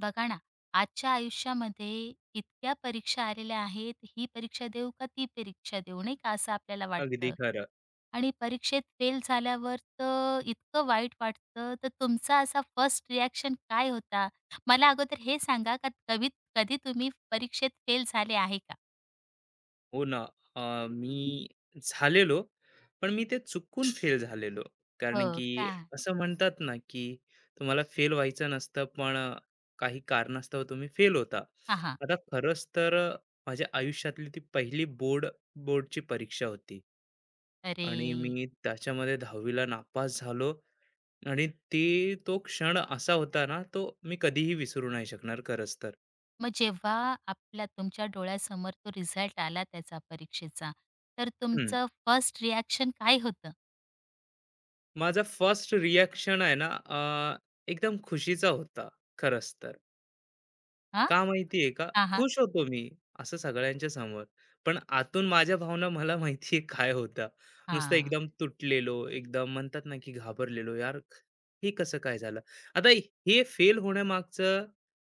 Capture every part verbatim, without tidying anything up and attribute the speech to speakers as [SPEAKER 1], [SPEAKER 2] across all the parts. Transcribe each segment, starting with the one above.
[SPEAKER 1] बघा ना. आजच्या आयुष्यामध्ये इतक्या परीक्षा आलेल्या आहेत. ही परीक्षा देऊ का ती परीक्षा देऊ नाही का असं आपल्याला
[SPEAKER 2] अगदी
[SPEAKER 1] वाटतं.
[SPEAKER 2] खरं.
[SPEAKER 1] आणि परीक्षेत फेल झाल्यावर तर इतकं वाईट वाटतं. तर तुमचा असा फर्स्ट रिॲक्शन काय होता? मला अगोदर हे सांगा, का कधी कधी तुम्ही परीक्षेत फेल झाले आहे का?
[SPEAKER 2] हो ना. अ, मी झालेलो, पण मी ते चुकून फेल झालेलो.
[SPEAKER 1] हो.
[SPEAKER 2] कारण की
[SPEAKER 1] का?
[SPEAKER 2] असं म्हणतात ना, की तुम्हाला फेल व्हायचं नसतं, पण अ, काही कारणास्तव तुम्ही फेल होता.
[SPEAKER 1] हा, हा.
[SPEAKER 2] आता खरंच तर अ, माझ्या आयुष्यातली ती पहिली बोर्ड बोर्डची परीक्षा होती.
[SPEAKER 1] अरे.
[SPEAKER 2] आणि मी त्याच्यामध्ये दहावीला नापास झालो आणि ते तो क्षण असा होता ना, तो मी कधीही विसरू नाही शकणार खरंच तर.
[SPEAKER 1] मग जेव्हा आपला तुमच्या डोळ्यासमोर तो रिझल्ट आला त्याचा, परीक्षेचा, तर तुमचं फर्स्ट रिॲक्शन काय होतं?
[SPEAKER 2] माझा फर्स्ट रिॲक्शन आहे ना, अ, एकदम खुशीचा होता खरंच तर.
[SPEAKER 1] हा,
[SPEAKER 2] का माहितीये का?
[SPEAKER 1] हा. हा,
[SPEAKER 2] खुश होतो मी असं सगळ्यांच्या समोर. पण आतून माझ्या भावना मला माहितीये काय होता, नुसतं
[SPEAKER 1] हा.
[SPEAKER 2] एकदम तुटलेलो, एकदम म्हणतात ना की घाबरलेलो. यार, हे कसं काय झालं? आता हे फेल होण्यामागचं,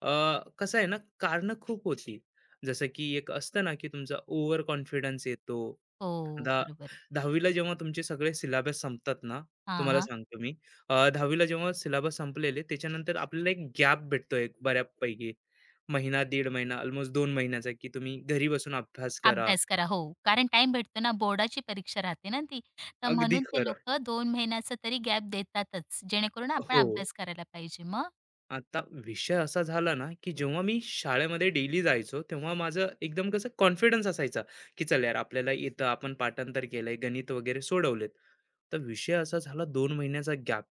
[SPEAKER 2] अ, कसं आहे ना, कारणं खूप होती. जसं की एक असतं ना की तुमचा ओव्हर कॉन्फिडन्स येतो.
[SPEAKER 1] हो,
[SPEAKER 2] आता
[SPEAKER 1] बरोबर आहे.
[SPEAKER 2] दहावी ला जेव्हा तुमचे सगळे सिलेबस संपतात ना,
[SPEAKER 1] हां,
[SPEAKER 2] तुम्हाला
[SPEAKER 1] हां.
[SPEAKER 2] सांगतो मी, अ, दहावी जेव्हा सिलेबस संपलेले, त्याच्यानंतर आपल्याला एक गॅप भेटतो एक बऱ्यापैकी. महिना, दीड महिना, अल्मोस्ट दोन महिन्याचा, की तुम्ही घरी बसून अभ्यास करा.
[SPEAKER 1] अभ्यास करा. हो, कारण टाइम भेटतो ना, बोर्डाची परीक्षा राहते ना ती. तर
[SPEAKER 2] अगदी
[SPEAKER 1] म्हणून ते
[SPEAKER 2] खरं.
[SPEAKER 1] लोकं दोन महिन्याचा तरी गॅप देतातच, जेणेकरून आपण
[SPEAKER 2] हो.
[SPEAKER 1] अभ्यास करायला पाहिजे. मग?
[SPEAKER 2] आता विषय असा झाला ना, की जेव्हा मी शाळेमध्ये डेली जायचो, तेव्हा माझं एकदम कसं कॉन्फिडन्स असायचा, की "चल यार, आपल्याला येतं, आपण पाठांतर केलंय, गणित वगैरे सोडवलेत." तर विषय असा झाला दोन महिन्याचा गॅप.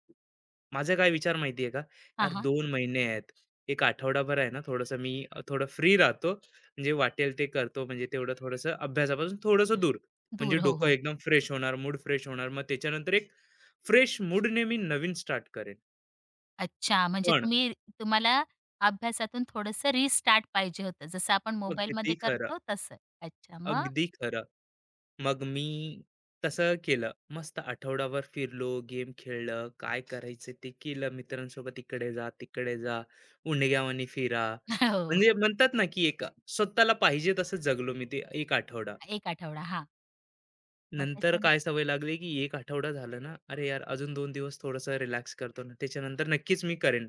[SPEAKER 2] माझा काय विचार माहिती आहे का?
[SPEAKER 1] हां,
[SPEAKER 2] यार,
[SPEAKER 1] हां.
[SPEAKER 2] दोन महिने आहेत. एक आठवडाभर आहे ना थोडंसं मी, अ, थोडं फ्री राहतो. म्हणजे वाटेल ते करतो. म्हणजे तेवढं थोडंसं अभ्यासापासून थोडंसं दूर. म्हणजे
[SPEAKER 1] दूर. हो,
[SPEAKER 2] डोकं
[SPEAKER 1] हो.
[SPEAKER 2] एकदम फ्रेश होणार, मूड फ्रेश होणार. मग त्याच्यानंतर एक फ्रेश मूडने मी नवीन स्टार्ट करेन.
[SPEAKER 1] अच्छा, म्हणजे
[SPEAKER 2] पण
[SPEAKER 1] तुम्ही, तुम्हाला अभ्यासातून थोडंसं रिस्टार्ट पाहिजे होतं. जसं आपण
[SPEAKER 2] अगदी
[SPEAKER 1] मोबाईलमध्ये
[SPEAKER 2] खरं,
[SPEAKER 1] करतो तसं. अच्छा, मग?
[SPEAKER 2] अगदी खरं. मग मी तसं केलं. मस्त आठवडाभर फिरलो, गेम खेळलं, काय करायचं ते केलं. मित्रांसोबत इकडे जा, तिकडे जा, उंडग्यावानी फिरा.
[SPEAKER 1] हो.
[SPEAKER 2] म्हणजे म्हणतात ना, की एक स्वतःला पाहिजे तसं जगलो मी ते एक आठवडा.
[SPEAKER 1] एक आठवडा. हां. मग
[SPEAKER 2] नंतर
[SPEAKER 1] त्याच्याने,
[SPEAKER 2] काय सवय लागली, की एक आठवडा झाला ना, अरे यार, अजून दोन दिवस थोडंसं रिलॅक्स करतो ना, त्याच्यानंतर नक्कीच मी करेन.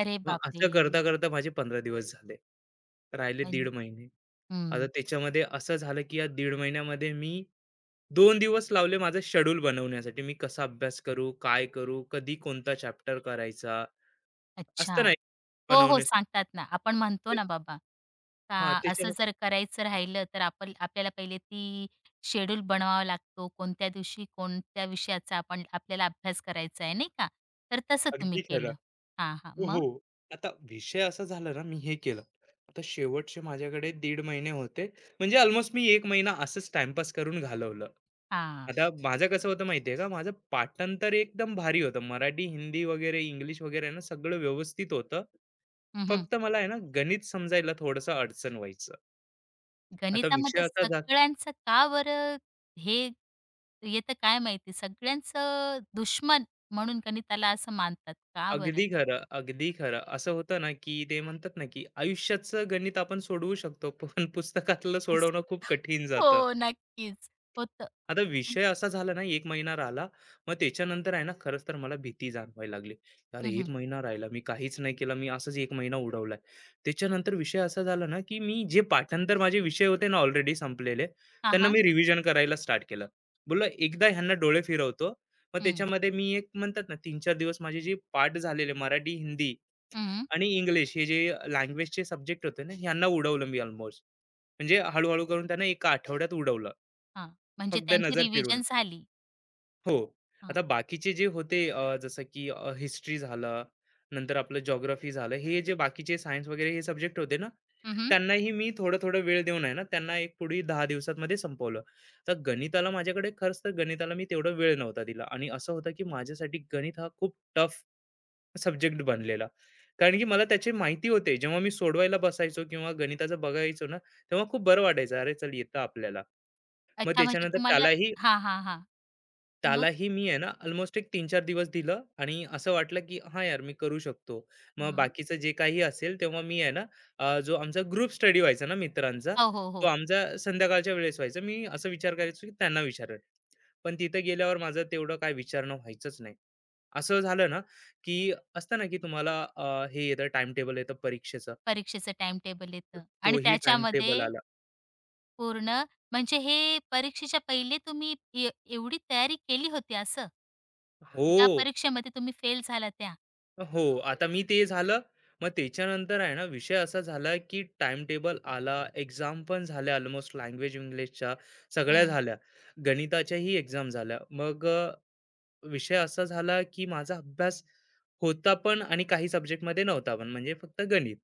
[SPEAKER 1] अरे
[SPEAKER 2] मग
[SPEAKER 1] बापरे!
[SPEAKER 2] असं करता-करता माझे पंधरा दिवस झाले. राहिले
[SPEAKER 1] म्हण
[SPEAKER 2] दीड महिने. आता
[SPEAKER 1] हं.
[SPEAKER 2] त्याच्यामध्ये असं झालं की या दीड महिन्यामध्ये मी दोन दिवस लावले माझं शेड्यूल बनवण्यासाठी, मी कसा अभ्यास करू, काय करू, कधी कोणता चॅप्टर करायचा,
[SPEAKER 1] अच्छा.
[SPEAKER 2] असतं नाही
[SPEAKER 1] हो, हो.
[SPEAKER 2] बनवणे
[SPEAKER 1] सांगतात ना. आपण म्हणतो ना, बाबा, का
[SPEAKER 2] हा
[SPEAKER 1] असं
[SPEAKER 2] त्याच्यामध्ये.
[SPEAKER 1] जर करायचं राहिलं तर आपण, आपल्याला पहिले ती शेड्यूल बनवावा लागतो. कोणत्या दिवशी कोणत्या विषयाचा आपण, आपल्याला अभ्यास करायचा आहे, नाही का? तर तसं तुम्ही
[SPEAKER 2] अगदी खरं.
[SPEAKER 1] केलं. हां, हां.
[SPEAKER 2] हो.
[SPEAKER 1] मग?
[SPEAKER 2] हो. आता विषय असा झाला ना, मी हे केलं. आता शेवटचे माझ्याकडे दीड महिने होते. म्हणजे अल्मोस्ट मी एक महिना असंच टाईमपास करून घालवलं.
[SPEAKER 1] हां.
[SPEAKER 2] आता माझं कसं होतं माहिती आहे का, माझं पाठांतर एकदम भारी होतं. मराठी, हिंदी वगैरे, इंग्लिश वगैरे ना, सगळं व्यवस्थित होतं.
[SPEAKER 1] हं, हं.
[SPEAKER 2] फक्त मला आहे ना, गणित समजायला थोडंसं अडचण व्हायचं. आता विषय
[SPEAKER 1] गणितामध्ये
[SPEAKER 2] असा झा
[SPEAKER 1] सगळ्यांचं का बरं हे येतं काय माहिती? सगळ्यांचं दुश्मन म्हणून गणिताला असं मानतात. का बरं?
[SPEAKER 2] अगदी खरं, अगदी खरं. असं होतं ना, की ते म्हणतात ना, की आयुष्याचं गणित आपण सोडवू शकतो, पण पुस्तकातलं
[SPEAKER 1] पुस
[SPEAKER 2] सोडवणं खूप कठीण
[SPEAKER 1] हो,
[SPEAKER 2] जातं.
[SPEAKER 1] नक्कीच. होतं.
[SPEAKER 2] आता विषय असा झाला ना, एक महिना राहिला. मग त्याच्यानंतर आहे ना, खरंच तर मला भीती जाणवायला लागली. अरे,
[SPEAKER 1] हं,
[SPEAKER 2] एक
[SPEAKER 1] हं.
[SPEAKER 2] महिना राहिला, मी काहीच नाही केलं, मी असंच एक महिना उडवलाय. त्याच्यानंतर विषय असा झाला ना, की मी जे पाठांतर, माझे विषय होते ना ऑलरेडी संपलेले, त्यांना मी रिव्हिजन करायला स्टार्ट केलं. बोललो एकदा ह्यांना डोळे फिरवतो. मग
[SPEAKER 1] हं,
[SPEAKER 2] त्याच्यामध्ये मी एक म्हणतात ना, तीन चार दिवस माझे जे पाठ झालेले मराठी, हिंदी
[SPEAKER 1] हं.
[SPEAKER 2] आणि इंग्लिश हे जे लँग्वेजचे सब्जेक्ट होते ना, ह्यांना उडवलं मी ऑलमोस्ट. म्हणजे हळू-हळू करून त्यांना एका आठवड्यात उडवलं,
[SPEAKER 1] हां. म्हणजे
[SPEAKER 2] फक्त
[SPEAKER 1] त्यांची
[SPEAKER 2] नजर
[SPEAKER 1] रिव्हिजन
[SPEAKER 2] फिरून.
[SPEAKER 1] झाली.
[SPEAKER 2] हो.
[SPEAKER 1] हां.
[SPEAKER 2] आता बाकीचे जे होते, अ, जसं की हिस्ट्री झालं, नंतर आपलं जिओग्राफी झालं, हे जे बाकीचे सायन्स वगैरे हे सब्जेक्ट होते ना,
[SPEAKER 1] हं, हं.
[SPEAKER 2] त्यांनाही मी थोडं-थोडं वेळ देऊन आहे ना, त्यांना एक पुढे दहा दिवसांमध्ये संपवलं. तर गणिताला माझ्याकडे, खरंच तर गणिताला मी तेवढा वेळ नव्हता दिला आणि असं होतं की माझ्यासाठी गणित हा खूप टफ सब्जेक्ट बनलेला. कारण की मला त्याची माहिती होते. जेव्हा मी सोडवायला बसायचो किंवा गणिताचं बघायचो ना, तेव्हा खूप बरं वाटायचं. अरे, चल येतं आपल्याला. मग
[SPEAKER 1] अच्छा, म्हणजे
[SPEAKER 2] त्याच्यानंतर
[SPEAKER 1] तुम्हाला,
[SPEAKER 2] त्यालाही
[SPEAKER 1] हां, हां, हां. मग.
[SPEAKER 2] त्यालाही मी आहे ना अल्मोस्ट एक तीन चार दिवस दिलं आणि असं वाटलं की हां यार, मी करू शकतो. मग
[SPEAKER 1] हां.
[SPEAKER 2] बाकीचं जे काही असेल तेव्हा मी आहे ना, अ, जो आमचा ग्रुप स्टडी व्हायचा ना मित्रांचा,
[SPEAKER 1] हो, हो,
[SPEAKER 2] तो
[SPEAKER 1] हो.
[SPEAKER 2] आमचा संध्याकाळच्या वेळेस व्हायचा. मी असा विचार करायचो की त्यांना विचारेल. पण तिथं गेल्यावर माझं तेवढं काय विचारणं व्हायचंच नाही. असं झालं ना, की असतं ना की तुम्हाला, अ, हे येतं टाईम टेबल येतं परीक्षेचं,
[SPEAKER 1] परीक्षेचं टाईमटेबल येतं आणि
[SPEAKER 2] तोही टाईम टेबल
[SPEAKER 1] त्याच्यामध्ये
[SPEAKER 2] आला.
[SPEAKER 1] पूर्ण, म्हणजे हे परीक्षेच्या पहिले तुम्ही, ए एवढी तयारी केली होती असं? ज्या
[SPEAKER 2] हो.
[SPEAKER 1] परीक्षेमध्ये तुम्ही फेल झाला त्या?
[SPEAKER 2] हो, आता मी ते झालं. मग त्याच्यानंतर आहे ना, विषय असा झाला, की टाइम टेबल आला, एक्झाम पण झाल्या, ऑलमोस्ट लँग्वेज इंग्लिशच्या सगळ्या
[SPEAKER 1] हं.
[SPEAKER 2] झाल्या. गणिताच्याही एक्झाम झाल्या. मग अ, विषय असा झाला, की माझा अभ्यास होता पण, आणि काही सब्जेक्टमध्ये नव्हता पण, म्हणजे फक्त गणित.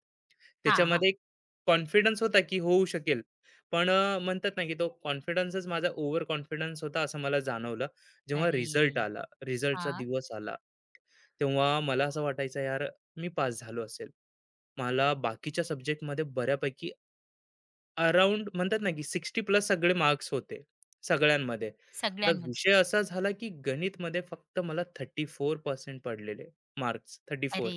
[SPEAKER 1] हां, हां.
[SPEAKER 2] त्याच्यामध्ये एक कॉन्फिडन्स होता, की होऊ शकेल. पण अ, म्हणतात ना, की तो कॉन्फिडन्सच माझा ओव्हर कॉन्फिडन्स होता असं मला जाणवलं. जेव्हा
[SPEAKER 1] अरे!
[SPEAKER 2] रिझल्ट आला, रिझल्टचा
[SPEAKER 1] हां.
[SPEAKER 2] दिवस आला, तेव्हा मला असं वाटायचं यार, मी पास झालो असेल. मला बाकीच्या सब्जेक्टमध्ये बऱ्यापैकी अराउंड म्हणतात ना, की साठ प्लस सगळे मार्क्स होते, सगळ्यांमध्ये. आता
[SPEAKER 1] सगळ्यांमध्ये.
[SPEAKER 2] विषय असा झाला, की गणितमध्ये फक्त मला चौतीस टक्के पडलेले मार्क्स, चौतीस
[SPEAKER 1] अरे!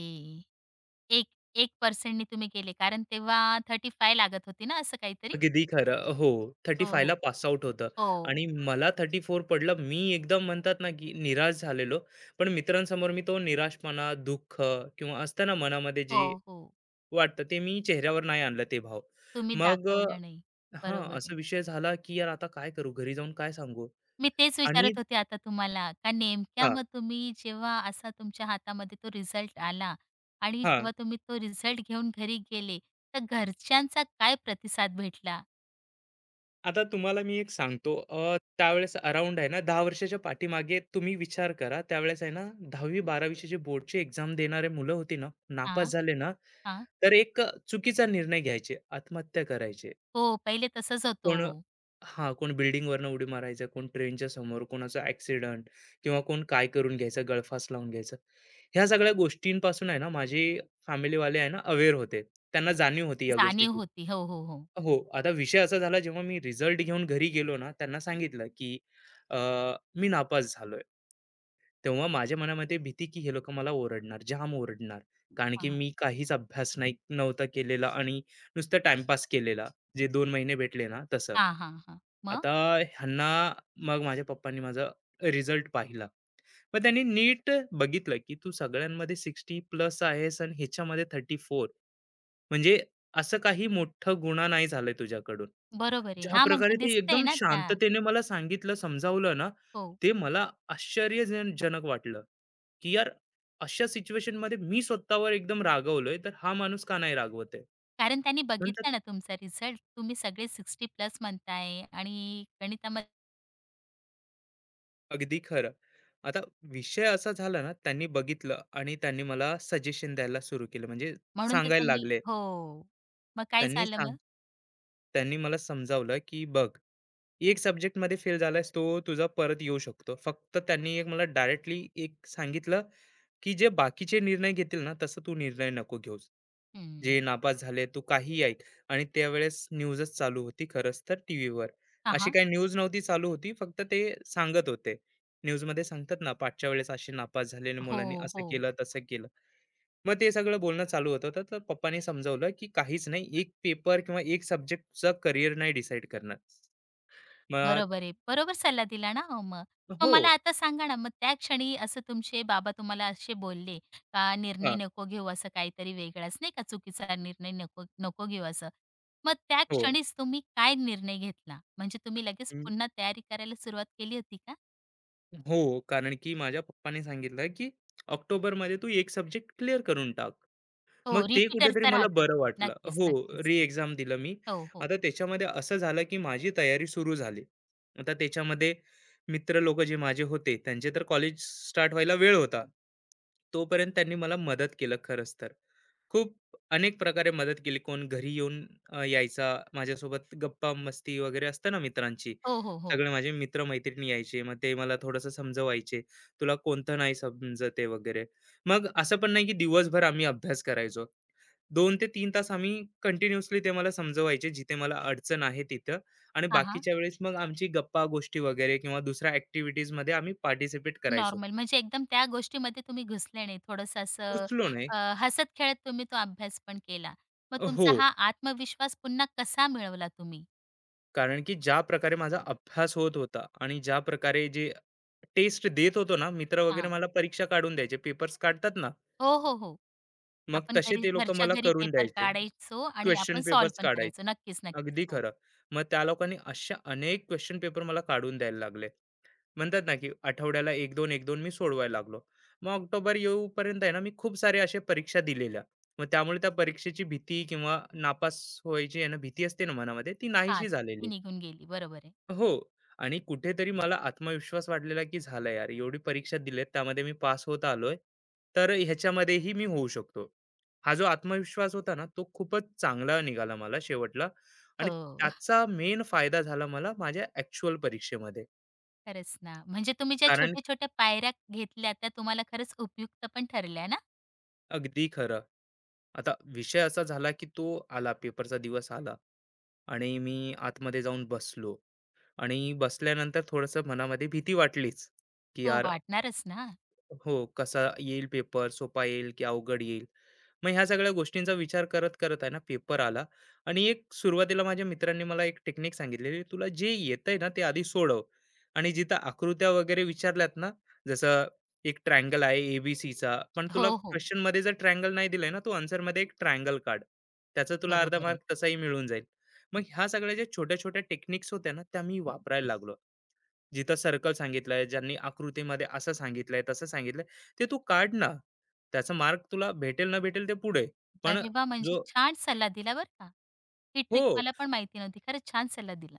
[SPEAKER 1] एक-एक टक्का नी तुम्ही गेले, कारण तेव्हा पस्तीस लागत होती ना असं काहीतरी?
[SPEAKER 2] अगदी खरं. हो, पस्तीस
[SPEAKER 1] हो,
[SPEAKER 2] ला
[SPEAKER 1] हो.
[SPEAKER 2] पास आउट होतं
[SPEAKER 1] हो.
[SPEAKER 2] आणि मला चौतीस पडलं. मी एकदम म्हणतात ना, की निराश झालेलो. पण मित्रांसमोर मी तो निराशपणा, दुःख किंवा असतं ना मनामध्ये
[SPEAKER 1] हो,
[SPEAKER 2] जे
[SPEAKER 1] हो.
[SPEAKER 2] वाटतं, ते मी चेहऱ्यावर नाही आणलं ते भाव.
[SPEAKER 1] तुम्ही
[SPEAKER 2] मग अ,
[SPEAKER 1] दाखवलं नाही.
[SPEAKER 2] हां,
[SPEAKER 1] बरोबर आहे.
[SPEAKER 2] असा विषय झाला, की यार, आता काय करू? घरी जाऊन काय सांगू?
[SPEAKER 1] मी तेच
[SPEAKER 2] आणि
[SPEAKER 1] विचारत होते आता तुम्हाला, का नेमक्या
[SPEAKER 2] हां,
[SPEAKER 1] मग तुम्ही जेव्हा असा तुमच्या हातामध्ये तो रिझल्ट आला, आणि
[SPEAKER 2] हां.
[SPEAKER 1] जेव्हा तुम्ही तो रिझल्ट घेऊन घरी गेले, तर घरच्यांचा काय प्रतिसाद भेटला?
[SPEAKER 2] आता तुम्हाला मी एक सांगतो, अ, त्यावेळेस अराउंड आहे ना दहा वर्षाच्या पाठीमागे तुम्ही विचार करा, त्यावेळेस आहे ना दहावी बारावीचे जे बोर्डची एक्झाम देणारे मुलं होती ना, नापास
[SPEAKER 1] हां,
[SPEAKER 2] झाले ना,
[SPEAKER 1] हां.
[SPEAKER 2] तर एक अ, चुकीचा निर्णय घ्यायचे, आत्महत्या करायचे.
[SPEAKER 1] हो, पहिले तसंच होतो,
[SPEAKER 2] कोण
[SPEAKER 1] हो.
[SPEAKER 2] हां, कोण बिल्डिंगवरनं उडी मारायचं, कोण ट्रेनच्या समोर, कोणाचा ॲक्सिडेंट किंवा कोण काय करून घ्यायचं, गळफास लावून घ्यायचं. ह्या सगळ्या गोष्टींपासून आहे ना माझे फॅमिलीवाले आहे ना अवेअर होते. त्यांना जाणीव होती या
[SPEAKER 1] जाणीव
[SPEAKER 2] गोष्टीची.
[SPEAKER 1] होती. हो, हो, हो.
[SPEAKER 2] हो, आता विषय असा झाला, जेव्हा मी रिझल्ट घेऊन घरी गेलो ना, त्यांना सांगितलं, की अ, मी नापास झालोय. तेव्हा माझ्या मनामध्ये भीती, की हे लोकं मला ओरडणार, जाम ओरडणार. कारण की
[SPEAKER 1] हां,
[SPEAKER 2] मी काहीच अभ्यास नाही नव्हता केलेला आणि नुसतं टाईमपास केलेला. जे दोन महिने भेटले ना तसं.
[SPEAKER 1] हां, हां, हां. मग?
[SPEAKER 2] आता ह्यांना, मग माझ्या पप्पांनी माझा रिझल्ट पाहिला. मग त्यांनी नीट बघितलं, की तू सगळ्यांमध्ये साठ प्लस आहेस आणि ह्याच्यामध्ये चौतीस, म्हणजे असं काही मोठं गुन्हा नाही झालाय तुझ्याकडून.
[SPEAKER 1] बरोबर आहे.
[SPEAKER 2] ज्या
[SPEAKER 1] हां,
[SPEAKER 2] प्रकारे
[SPEAKER 1] म्हणजे
[SPEAKER 2] ते
[SPEAKER 1] दिसतंय
[SPEAKER 2] एकदम
[SPEAKER 1] ना त्या.
[SPEAKER 2] शांततेने मला सांगितलं, समजावलं ना,
[SPEAKER 1] हो.
[SPEAKER 2] ते मला आश्चर्यजन जनक वाटलं, की यार, अशा सिच्युएशनमध्ये मी स्वतःवर एकदम रागवलोय, तर हा माणूस का नाही रागवत आहे?
[SPEAKER 1] कारण त्यांनी
[SPEAKER 2] म्हणतात
[SPEAKER 1] बघितला ना तुमचा रिझल्ट. तुम्ही सगळे साठ प्लस म्हणताय आणि गणितामध्ये,
[SPEAKER 2] अगदी खरं. आता विषय असा झाला ना, त्यांनी बघितलं आणि त्यांनी मला सजेशन द्यायला सुरू केलं, म्हणजे
[SPEAKER 1] म्हणून तर
[SPEAKER 2] सांगायला
[SPEAKER 1] त्यांनी,
[SPEAKER 2] लागले.
[SPEAKER 1] हो. मग काय
[SPEAKER 2] त्यांनी
[SPEAKER 1] झालं
[SPEAKER 2] सांग
[SPEAKER 1] मग?
[SPEAKER 2] त्यांनी मला समजावलं, की "बघ, एक सब्जेक्टमध्ये फेल झालायस, तो तुझा परत येऊ शकतो." फक्त त्यांनी एक मला डायरेक्टली एक सांगितलं, की जे बाकीचे निर्णय घेतील ना, तसं तू निर्णय नको घेऊस.
[SPEAKER 1] हं.
[SPEAKER 2] जे नापास झाले तू काही ऐक आणि त्यावेळेस न्यूजच चालू होती खरंच तर टीव्हीवर.
[SPEAKER 1] हां,
[SPEAKER 2] अशी
[SPEAKER 1] हां.
[SPEAKER 2] काही न्यूज नव्हती चालू होती, फक्त ते सांगत होते. न्यूजमध्ये सांगतात ना, "पाठच्या वेळेस अशी नापास झालेल्या
[SPEAKER 1] हो,
[SPEAKER 2] मुलांनी असं
[SPEAKER 1] हो.
[SPEAKER 2] केलं, तसं केलं." मग ते सगळं बोलणं चालू होतं, तर तर पप्पांनी समजावलं की काहीच नाही, एक पेपर किंवा एक सब्जेक्टचा करियर नाही डिसाईड करणार. मग
[SPEAKER 1] बरोबर आहे. बरोबर सल्ला दिला ना हो मग. मग
[SPEAKER 2] हो.
[SPEAKER 1] मला आता सांगा ना, मग त्या क्षणी असं तुमचे बाबा तुम्हाला असे बोलले, का निर्णय
[SPEAKER 2] हां,
[SPEAKER 1] नको घेऊ असं काहीतरी वेगळाच, नाही का, चुकीचा निर्णय नको, नको घेऊ असं. मग त्या
[SPEAKER 2] हो.
[SPEAKER 1] क्षणीच तुम्ही काय निर्णय घेतला? म्हणजे तुम्ही लगेच पुन्हा तयारी करायला सुरुवात केली होती का?
[SPEAKER 2] हो, कारण की माझ्या पप्पांनी सांगितलं की ऑक्टोबरमध्ये तू एक सब्जेक्ट क्लिअर करून टाक.
[SPEAKER 1] हो,
[SPEAKER 2] मग ते कुठेतरी
[SPEAKER 1] रिपीटरचा
[SPEAKER 2] मला
[SPEAKER 1] राहतो
[SPEAKER 2] बरं
[SPEAKER 1] तो.
[SPEAKER 2] वाटलं.
[SPEAKER 1] नक्कीच,
[SPEAKER 2] हो,
[SPEAKER 1] नक्कीच.
[SPEAKER 2] री
[SPEAKER 1] हो.
[SPEAKER 2] एक्झाम दिलं मी.
[SPEAKER 1] हो, हो.
[SPEAKER 2] आता त्याच्यामध्ये असं झालं की माझी तयारी सुरू झाली. आता त्याच्यामध्ये मित्र लोकं जे माझे होते, त्यांचे तर कॉलेज स्टार्ट व्हायला वेळ होता. तोपर्यंत त्यांनी मला मदत केलं खरंच तर. खूप अनेक प्रकारे मदत केली. कोण घरी येऊन, अ, यायचा, माझ्यासोबत गप्पा मस्ती वगैरे असतं ना मित्रांची.
[SPEAKER 1] हो, हो, हो.
[SPEAKER 2] सगळे माझे मित्र-मैत्रिणी यायचे. मग ते मला थोडंसं समजवायचे, "तुला कोणतं नाही समजत आहे" वगैरे. मग असं पण नाही की दिवसभर आम्ही अभ्यास करायचो. दोन ते तीन तास आम्ही कंटिन्युअसली ते मला समजवायचे, जिथे मला अडचण आहे तिथं, आणि
[SPEAKER 1] हां, हां.
[SPEAKER 2] बाकीच्या वेळेस मग आमची गप्पा गोष्टी वगैरे किंवा दुसऱ्या ॲक्टिव्हिटीजमध्ये आम्ही पार्टिसिपेट करायचो.
[SPEAKER 1] नॉर्मल, म्हणजे एकदम त्या गोष्टीमध्ये तुम्ही घुसले नाही. थोडंसं असं
[SPEAKER 2] उचलो नाही
[SPEAKER 1] अ, हसत-खेळत तुम्ही तो अभ्यास पण केला. मग
[SPEAKER 2] हो.
[SPEAKER 1] तुमचा हा आत्मविश्वास पुन्हा कसा मिळवला तुम्ही?
[SPEAKER 2] कारण की ज्या प्रकारे माझा अभ्यास होत होता आणि ज्या प्रकारे जे टेस्ट देत होतो ना, मित्र वगैरे
[SPEAKER 1] हां.
[SPEAKER 2] मला परीक्षा काढून द्यायचे, पेपर्स काढतात ना,
[SPEAKER 1] हो, हो, हो.
[SPEAKER 2] मग
[SPEAKER 1] आपण
[SPEAKER 2] तसे
[SPEAKER 1] घरी,
[SPEAKER 2] ते लोक
[SPEAKER 1] घरच्या
[SPEAKER 2] मला
[SPEAKER 1] घरी
[SPEAKER 2] करून
[SPEAKER 1] पेपर
[SPEAKER 2] द्यायचे
[SPEAKER 1] काढायचो आणि
[SPEAKER 2] क्वेश्चन
[SPEAKER 1] आपण सॉल्व्ह
[SPEAKER 2] पेपर्स
[SPEAKER 1] पण
[SPEAKER 2] काढायचे.
[SPEAKER 1] करायचो. नक्कीच, नक्कीच.
[SPEAKER 2] अगदी
[SPEAKER 1] हो.
[SPEAKER 2] खरं. मग त्या लोकांनी अशा अनेक क्वेश्चन पेपर मला काढून द्यायला लागले. म्हणतात ना की आठवड्याला एक दोन, एक दोन मी सोडवायला लागलो. मग ऑक्टोबर येऊपर्यंत आहे ना, मी खूप सारे असे परीक्षा दिलेल्या. मग त्यामुळे त्या परीक्षेची भीती किंवा नापास व्हायची आहे ना भीती असते ना मनामध्ये, ती
[SPEAKER 1] हां,
[SPEAKER 2] नाहीशी
[SPEAKER 1] ती
[SPEAKER 2] झालेली.
[SPEAKER 1] निघून गेली. बरोबर आहे.
[SPEAKER 2] हो. आणि कुठेतरी मला आत्मविश्वास वाढलेला, की झालं यार, एवढी परीक्षा दिलेत त्यामध्ये मी पास होत आलोय, तर ह्याच्यामध्येही मी होऊ शकतो. हा जो आत्मविश्वास होता ना, तो खूपच चांगला निघाला मला शेवटला. आणि
[SPEAKER 1] हो.
[SPEAKER 2] त्याचा मेन फायदा झाला मला माझ्या ऍक्च्युअल परीक्षेमध्ये.
[SPEAKER 1] खरंच ना. म्हणजे तुम्ही ज्या
[SPEAKER 2] कारण
[SPEAKER 1] छोट्या-छोट्या पायऱ्या घेतल्या, त्या तुम्हाला खरंच उपयुक्त पण ठरल्या ना?
[SPEAKER 2] अगदी खरं. आता विषय असा झाला की तो आला, पेपरचा दिवस आला, आणि मी आतमध्ये जाऊन बसलो आणि बसल्यानंतर थोडंसं मनामध्ये भीती वाटलीच, की
[SPEAKER 1] हो,
[SPEAKER 2] यार,
[SPEAKER 1] वाटणारच ना.
[SPEAKER 2] हो, कसा येईल पेपर, सोपा येईल की अवघड येईल? मग ह्या सगळ्या गोष्टींचा विचार करत, करत आहे ना, पेपर आला आणि एक सुरुवातीला माझ्या मित्रांनी मला एक टेक्निक सांगितलेली, "तुला जे येतंय ना, ते आधी सोडव." आणि जिथं आकृत्या वगैरे विचारल्यात ना, जसं एक ट्रायंगल आहे, ए पण
[SPEAKER 1] हो,
[SPEAKER 2] तुला
[SPEAKER 1] हो.
[SPEAKER 2] क्वेशनमध्ये जर ट्रायंगल नाही दिलंय ना, तू आन्सरमध्ये एक ट्रायंगल काढ. त्याचा तुला अर्धा
[SPEAKER 1] बरोबर आहे.
[SPEAKER 2] मार्क तसाही मिळून जाईल. मग ह्या सगळ्या ज्या छोट्या-छोट्या टेक्निक्स होत्या ना, त्या मी वापरायला लागलो. जिथं सर्कल सांगितलंय, ज्यांनी आकृतीमध्ये असं सांगितलंय, तसं सांगितलंय, ते तू काढ ना. त्याचा मार्क तुला भेटेल ना भेटेल ते पुढे. पण
[SPEAKER 1] अरे वाह! म्हणजे
[SPEAKER 2] जो
[SPEAKER 1] छान सल्ला दिला बरं का. ही ट्रिक
[SPEAKER 2] हो,
[SPEAKER 1] मला पण माहिती नव्हती. खरंच छान सल्ला दिला.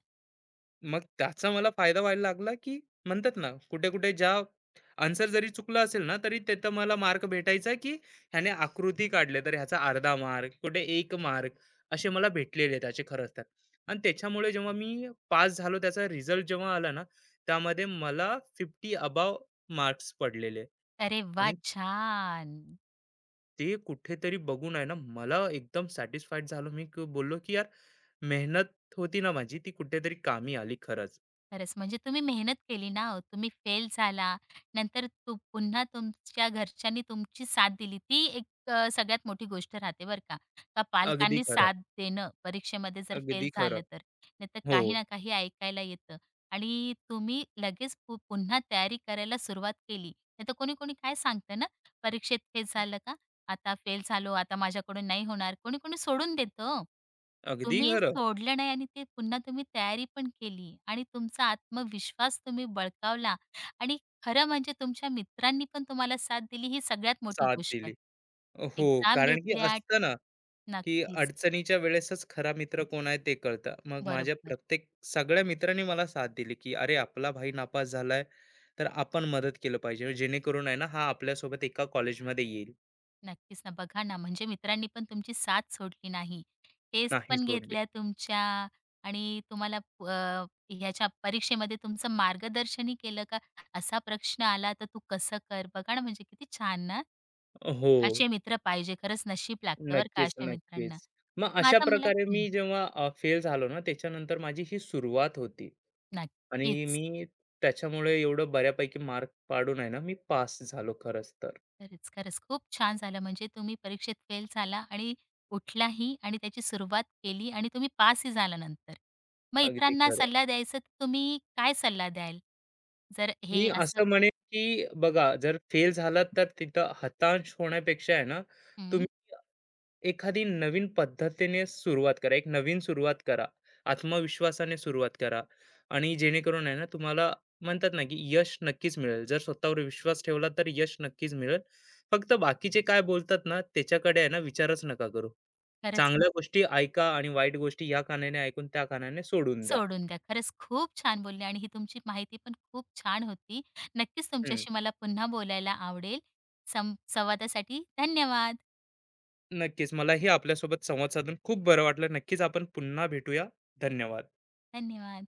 [SPEAKER 2] मग त्याचा मला फायदा व्हायला लागला, की म्हणतात ना, कुठे-कुठे ज्या आन्सर जरी चुकला असेल ना, तरी तिथं मला मार्क भेटायचा, की ह्याने आकृती काढले तर ह्याचा अर्धा मार्क, कुठे एक मार्क, असे मला भेटलेले त्याचे खरंच तर. आणि त्याच्यामुळे जेव्हा मी पास झालो, त्याचा रिझल्ट जेव्हा आला ना, त्यामध्ये मला पन्नास अबोव्ह मार्क्स पडलेले.
[SPEAKER 1] अरे वाह! छान.
[SPEAKER 2] ते कुठेतरी बघून आहे ना, मला एकदम सॅटिस्फाईड झालो मी, की बोललो की यार, मेहनत होती ना माझी ती कुठेतरी कामी आली खरंच.
[SPEAKER 1] खरंच म्हणजे तुम्ही मेहनत केली ना हो. तुम्ही फेल झाला, नंतर तू पुन्हा, तुमच्या घरच्यांनी तुमची साथ दिली. ती एक अ, सगळ्यात मोठी गोष्ट राहते बरं का. का
[SPEAKER 2] अगदी
[SPEAKER 1] पालकांनी
[SPEAKER 2] खरं.
[SPEAKER 1] साथ देणं परीक्षेमध्ये जर फेल
[SPEAKER 2] अगदी खरं.
[SPEAKER 1] झालं तर. नाहीतर
[SPEAKER 2] हो.
[SPEAKER 1] काही ना काही ऐकायला येतं. आणि तुम्ही लगेच पु पुन्हा तयारी करायला सुरुवात केली. नाहीतर कोणी-कोणी काय सांगतं ना, परीक्षेत फेल झालं का, आता फेल झालो, आता माझ्याकडून नाही होणार. कोणी-कोणी सोडून देतं ओ.
[SPEAKER 2] अगदी
[SPEAKER 1] तुम्ही
[SPEAKER 2] खरं.
[SPEAKER 1] सोडलं नाही आणि ते पुन्हा तुम्ही तयारी पण केली आणि तुमचा आत्मविश्वास तुम्ही बळकावला. आणि खरं म्हणजे तुमच्या मित्रांनी पण तुम्हाला साथ दिली, ही सगळ्यात मोठी
[SPEAKER 2] साथ
[SPEAKER 1] गोष्ट.
[SPEAKER 2] दिली. हो.
[SPEAKER 1] एक्झाम
[SPEAKER 2] कारण की
[SPEAKER 1] घेतल्या.
[SPEAKER 2] असतं ना, की
[SPEAKER 1] नक्कीच.
[SPEAKER 2] अडचणीच्या वेळेसच खरा मित्र कोण आहे ते कळतं. मग माझ्या
[SPEAKER 1] बरोबर.
[SPEAKER 2] प्रत्येक सगळ्या मित्रांनी मला साथ दिली, की अरे आपला भाई नापास झालाय, तर आपण मदत केलं पाहिजे, जेणेकरून आहे ना, हा आपल्यासोबत एका कॉलेजमध्ये येईल.
[SPEAKER 1] नक्कीच ना. बघा ना, म्हणजे मित्रांनी पण तुमची साथ सोडली नाही. टेस्ट
[SPEAKER 2] नाही
[SPEAKER 1] पण
[SPEAKER 2] सोडली.
[SPEAKER 1] घेतल्या तुमच्या. आणि तुम्हाला प- अ, ह्याच्या परीक्षेमध्ये तुमचं मार्गदर्शनही केलं, का असा प्रश्न आला तर तू कसं कर. बघा ना, म्हणजे किती छान ना.
[SPEAKER 2] हो.
[SPEAKER 1] असे मित्र पाहिजे. खरंच नशीब लागतं बरं का
[SPEAKER 2] नक्कीच,
[SPEAKER 1] अशा
[SPEAKER 2] नक्कीच.
[SPEAKER 1] मित्रांना.
[SPEAKER 2] मग
[SPEAKER 1] मग
[SPEAKER 2] अशा
[SPEAKER 1] आता मला,
[SPEAKER 2] प्रकारे मी
[SPEAKER 1] हं,
[SPEAKER 2] जेव्हा फेल झालो ना, त्याच्यानंतर माझी ही सुरुवात होती. आणि
[SPEAKER 1] नक्कीच.
[SPEAKER 2] मी त्याच्यामुळे एवढं बऱ्यापैकी मार्क पाडून आहे ना, मी पास झालो खरंच तर.
[SPEAKER 1] खरंच, खरंच. खूप छान झालं, म्हणजे तुम्ही परीक्षेत फेल झाला आणि उठलाही आणि त्याची सुरुवात केली आणि तुम्ही पासही झाला नंतर. मग
[SPEAKER 2] अगदी
[SPEAKER 1] इतरांना
[SPEAKER 2] खरं.
[SPEAKER 1] सल्ला द्यायचा तर तुम्ही काय सल्ला द्याल? जर
[SPEAKER 2] मी
[SPEAKER 1] हे असं,
[SPEAKER 2] असं म्हणेन, की बघा, जर फेल झालात तर तिथं हताश होण्यापेक्षा आहे ना, तुम्ही
[SPEAKER 1] हं,
[SPEAKER 2] एखादी नवीन पद्धतीने सुरुवात करा. एक नवीन सुरुवात करा. आत्मविश्वासाने सुरुवात करा आणि जेणेकरून आहे ना, तुम्हाला म्हणतात ना, की यश नक्कीच मिळेल. जर स्वतःवर विश्वास ठेवला तर यश नक्कीच मिळेल. फक्त बाकीचे काय बोलतात ना, त्याच्याकडे आहे ना विचारच नका करू.
[SPEAKER 1] खरंच.
[SPEAKER 2] चांगल्या गोष्टी ऐका आणि वाईट गोष्टी या कानाने ऐकून त्या कानाने सोडून द्या.
[SPEAKER 1] सोडून द्या. खरंच खूप छान बोलले आणि ही तुमची माहिती पण खूप छान होती. नक्कीच
[SPEAKER 2] हं.
[SPEAKER 1] तुमच्याशी मला पुन्हा बोलायला आवडेल. सं संवादासाठी धन्यवाद.
[SPEAKER 2] नक्कीच. मलाही आपल्यासोबत संवाद साधून खूप बरं वाटलं. नक्कीच आपण पुन्हा भेटूया. धन्यवाद.
[SPEAKER 1] धन्यवाद.